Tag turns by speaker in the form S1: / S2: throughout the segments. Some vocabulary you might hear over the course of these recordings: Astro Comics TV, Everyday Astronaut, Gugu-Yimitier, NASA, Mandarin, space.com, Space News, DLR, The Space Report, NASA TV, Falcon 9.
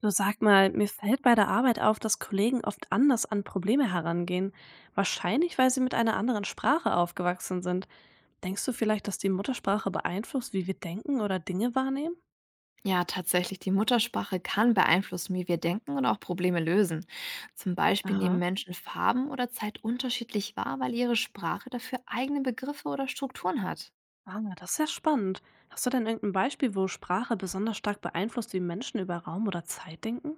S1: Du, sag mal, mir fällt bei der Arbeit auf, dass Kollegen oft anders an Probleme herangehen. Wahrscheinlich, weil sie mit einer anderen Sprache aufgewachsen sind. Denkst du vielleicht, dass die Muttersprache beeinflusst, wie wir denken oder Dinge wahrnehmen?
S2: Ja, tatsächlich. Die Muttersprache kann beeinflussen, wie wir denken und auch Probleme lösen. Zum Beispiel nehmen
S1: Aha.
S2: Menschen Farben oder Zeit unterschiedlich wahr, weil ihre Sprache dafür eigene Begriffe oder Strukturen hat.
S1: Ah, na, das ist ja spannend. Hast du denn irgendein Beispiel, wo Sprache besonders stark beeinflusst, wie Menschen über Raum oder Zeit denken?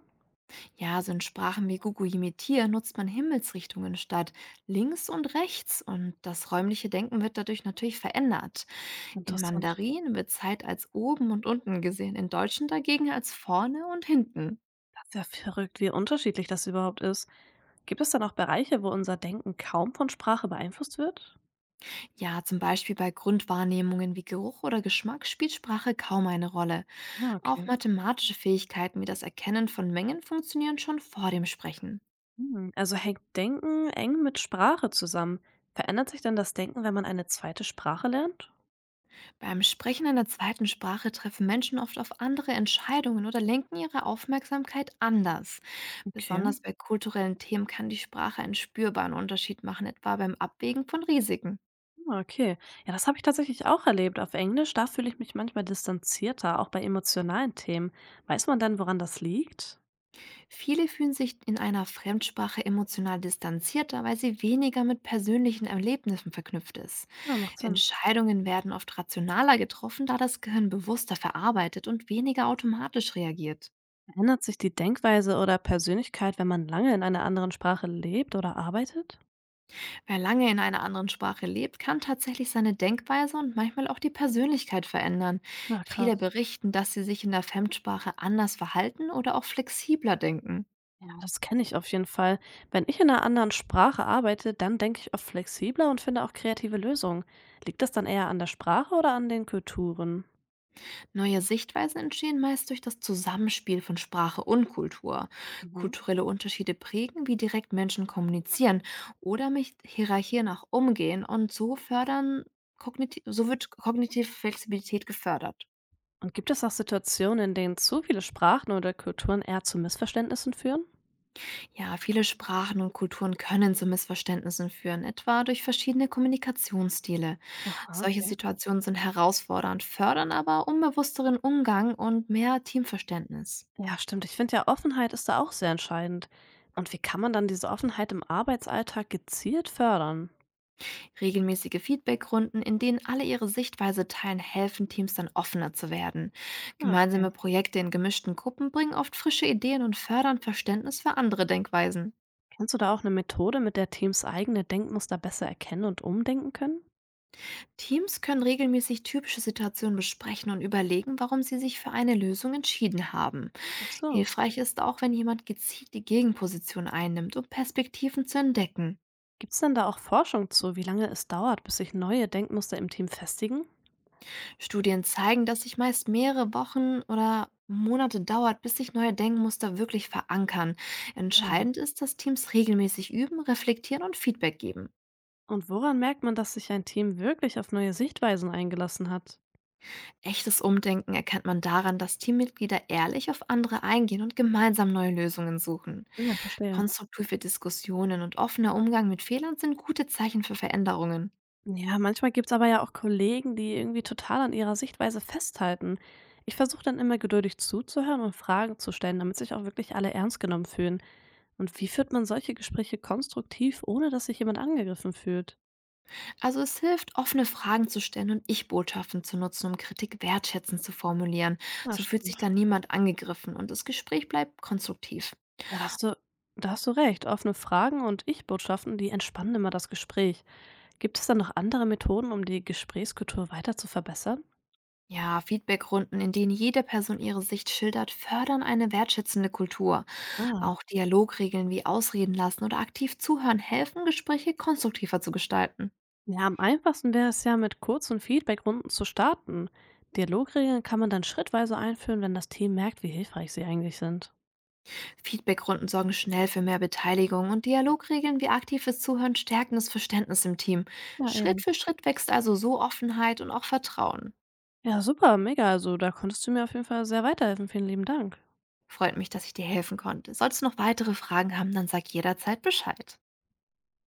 S2: Ja, so in Sprachen wie Gugu-Yimitier nutzt man Himmelsrichtungen statt links und rechts und das räumliche Denken wird dadurch natürlich verändert. In
S1: Interessant.
S2: Mandarin wird Zeit als oben und unten gesehen, in Deutschen dagegen als vorne und hinten.
S1: Das ist ja verrückt, wie unterschiedlich das überhaupt ist. Gibt es dann auch Bereiche, wo unser Denken kaum von Sprache beeinflusst wird?
S2: Ja, zum Beispiel bei Grundwahrnehmungen wie Geruch oder Geschmack spielt Sprache kaum eine Rolle.
S1: Na,
S2: Auch
S1: okay.
S2: mathematische Fähigkeiten wie das Erkennen von Mengen funktionieren schon vor dem Sprechen.
S1: Hm, also hängt Denken eng mit Sprache zusammen. Verändert sich denn das Denken, wenn man eine zweite Sprache lernt?
S2: Beim Sprechen einer zweiten Sprache treffen Menschen oft auf andere Entscheidungen oder lenken ihre Aufmerksamkeit anders.
S1: Okay,
S2: Besonders bei kulturellen Themen kann die Sprache einen spürbaren Unterschied machen, etwa beim Abwägen von Risiken.
S1: ah, okay. Ja, das habe ich tatsächlich auch erlebt. Auf Englisch, da fühle ich mich manchmal distanzierter, auch bei emotionalen Themen. Weiß man denn, woran das liegt?
S2: Viele fühlen sich in einer Fremdsprache emotional distanzierter, weil sie weniger mit persönlichen Erlebnissen verknüpft ist.
S1: Ja, macht Sinn.
S2: Entscheidungen werden oft rationaler getroffen, da das Gehirn bewusster verarbeitet und weniger automatisch reagiert.
S1: Verändert sich die Denkweise oder Persönlichkeit, wenn man lange in einer anderen Sprache lebt oder arbeitet?
S2: Wer lange in einer anderen Sprache lebt, kann tatsächlich seine Denkweise und manchmal auch die Persönlichkeit verändern.
S1: Na
S2: Viele
S1: krass.
S2: berichten, dass sie sich in der Fremdsprache anders verhalten oder auch flexibler denken.
S1: Ja, das kenne ich auf jeden Fall. Wenn ich in einer anderen Sprache arbeite, dann denke ich oft flexibler und finde auch kreative Lösungen. Liegt das dann eher an der Sprache oder an den Kulturen?
S2: Neue Sichtweisen entstehen meist durch das Zusammenspiel von Sprache und Kultur.
S1: Mhm.
S2: Kulturelle Unterschiede prägen, wie direkt Menschen kommunizieren oder mit Hierarchien auch umgehen, und so fördern Kogniti so wird kognitive Flexibilität gefördert.
S1: Und gibt es auch Situationen, in denen zu viele Sprachen oder Kulturen eher zu Missverständnissen führen?
S2: Ja, viele Sprachen und Kulturen können zu Missverständnissen führen, etwa durch verschiedene Kommunikationsstile.
S1: Aha,
S2: Solche
S1: okay.
S2: Situationen sind herausfordernd, fördern aber unbewussteren Umgang und mehr Teamverständnis.
S1: Ja, stimmt. Ich finde ja, Offenheit ist da auch sehr entscheidend. Und wie kann man dann diese Offenheit im Arbeitsalltag gezielt fördern?
S2: Regelmäßige Feedbackrunden, in denen alle ihre Sichtweise teilen, helfen Teams dann offener zu werden.
S1: Ah, okay.
S2: Gemeinsame Projekte in gemischten Gruppen bringen oft frische Ideen und fördern Verständnis für andere Denkweisen.
S1: Kennst du da auch eine Methode, mit der Teams eigene Denkmuster besser erkennen und umdenken können?
S2: Teams können regelmäßig typische Situationen besprechen und überlegen, warum sie sich für eine Lösung entschieden haben.
S1: Ach so.
S2: Hilfreich ist auch, wenn jemand gezielt die Gegenposition einnimmt, um Perspektiven zu entdecken.
S1: Gibt's denn da auch Forschung zu, wie lange es dauert, bis sich neue Denkmuster im Team festigen?
S2: Studien zeigen, dass sich meist mehrere Wochen oder Monate dauert, bis sich neue Denkmuster wirklich verankern.
S1: Ja.
S2: Entscheidend ist, dass Teams regelmäßig üben, reflektieren und Feedback geben.
S1: Und woran merkt man, dass sich ein Team wirklich auf neue Sichtweisen eingelassen hat?
S2: Echtes Umdenken erkennt man daran, dass Teammitglieder ehrlich auf andere eingehen und gemeinsam neue Lösungen suchen.
S1: Ja, verstehe.
S2: Konstruktive Diskussionen und offener Umgang mit Fehlern sind gute Zeichen für Veränderungen.
S1: Ja, manchmal gibt's aber ja auch Kollegen, die irgendwie total an ihrer Sichtweise festhalten. Ich versuche dann immer geduldig zuzuhören und Fragen zu stellen, damit sich auch wirklich alle ernst genommen fühlen. Und wie führt man solche Gespräche konstruktiv, ohne dass sich jemand angegriffen fühlt?
S2: Also es hilft, offene Fragen zu stellen und Ich-Botschaften zu nutzen, um Kritik wertschätzend zu formulieren.
S1: Ja,
S2: So fühlt sich
S1: stimmt.
S2: dann niemand angegriffen und das Gespräch bleibt konstruktiv.
S1: Ja, da hast du recht. Offene Fragen und Ich-Botschaften, die entspannen immer das Gespräch. Gibt es da noch andere Methoden, um die Gesprächskultur weiter zu verbessern?
S2: Ja, Feedbackrunden, in denen jede Person ihre Sicht schildert, fördern eine wertschätzende Kultur.
S1: Ah.
S2: Auch Dialogregeln wie Ausreden lassen oder aktiv zuhören helfen, Gespräche konstruktiver zu gestalten.
S1: Ja, am einfachsten wäre es ja, mit kurzen Feedbackrunden zu starten. Dialogregeln kann man dann schrittweise einführen, wenn das Team merkt, wie hilfreich sie eigentlich sind.
S2: Feedbackrunden sorgen schnell für mehr Beteiligung und Dialogregeln wie aktives Zuhören stärken das Verständnis im Team.
S1: Ja,
S2: Schritt
S1: eben.
S2: für Schritt wächst also so Offenheit und auch Vertrauen.
S1: Ja, super, mega. Also da konntest du mir auf jeden Fall sehr weiterhelfen. Vielen lieben Dank.
S2: Freut mich, dass ich dir helfen konnte. Solltest du noch weitere Fragen haben, dann sag jederzeit Bescheid.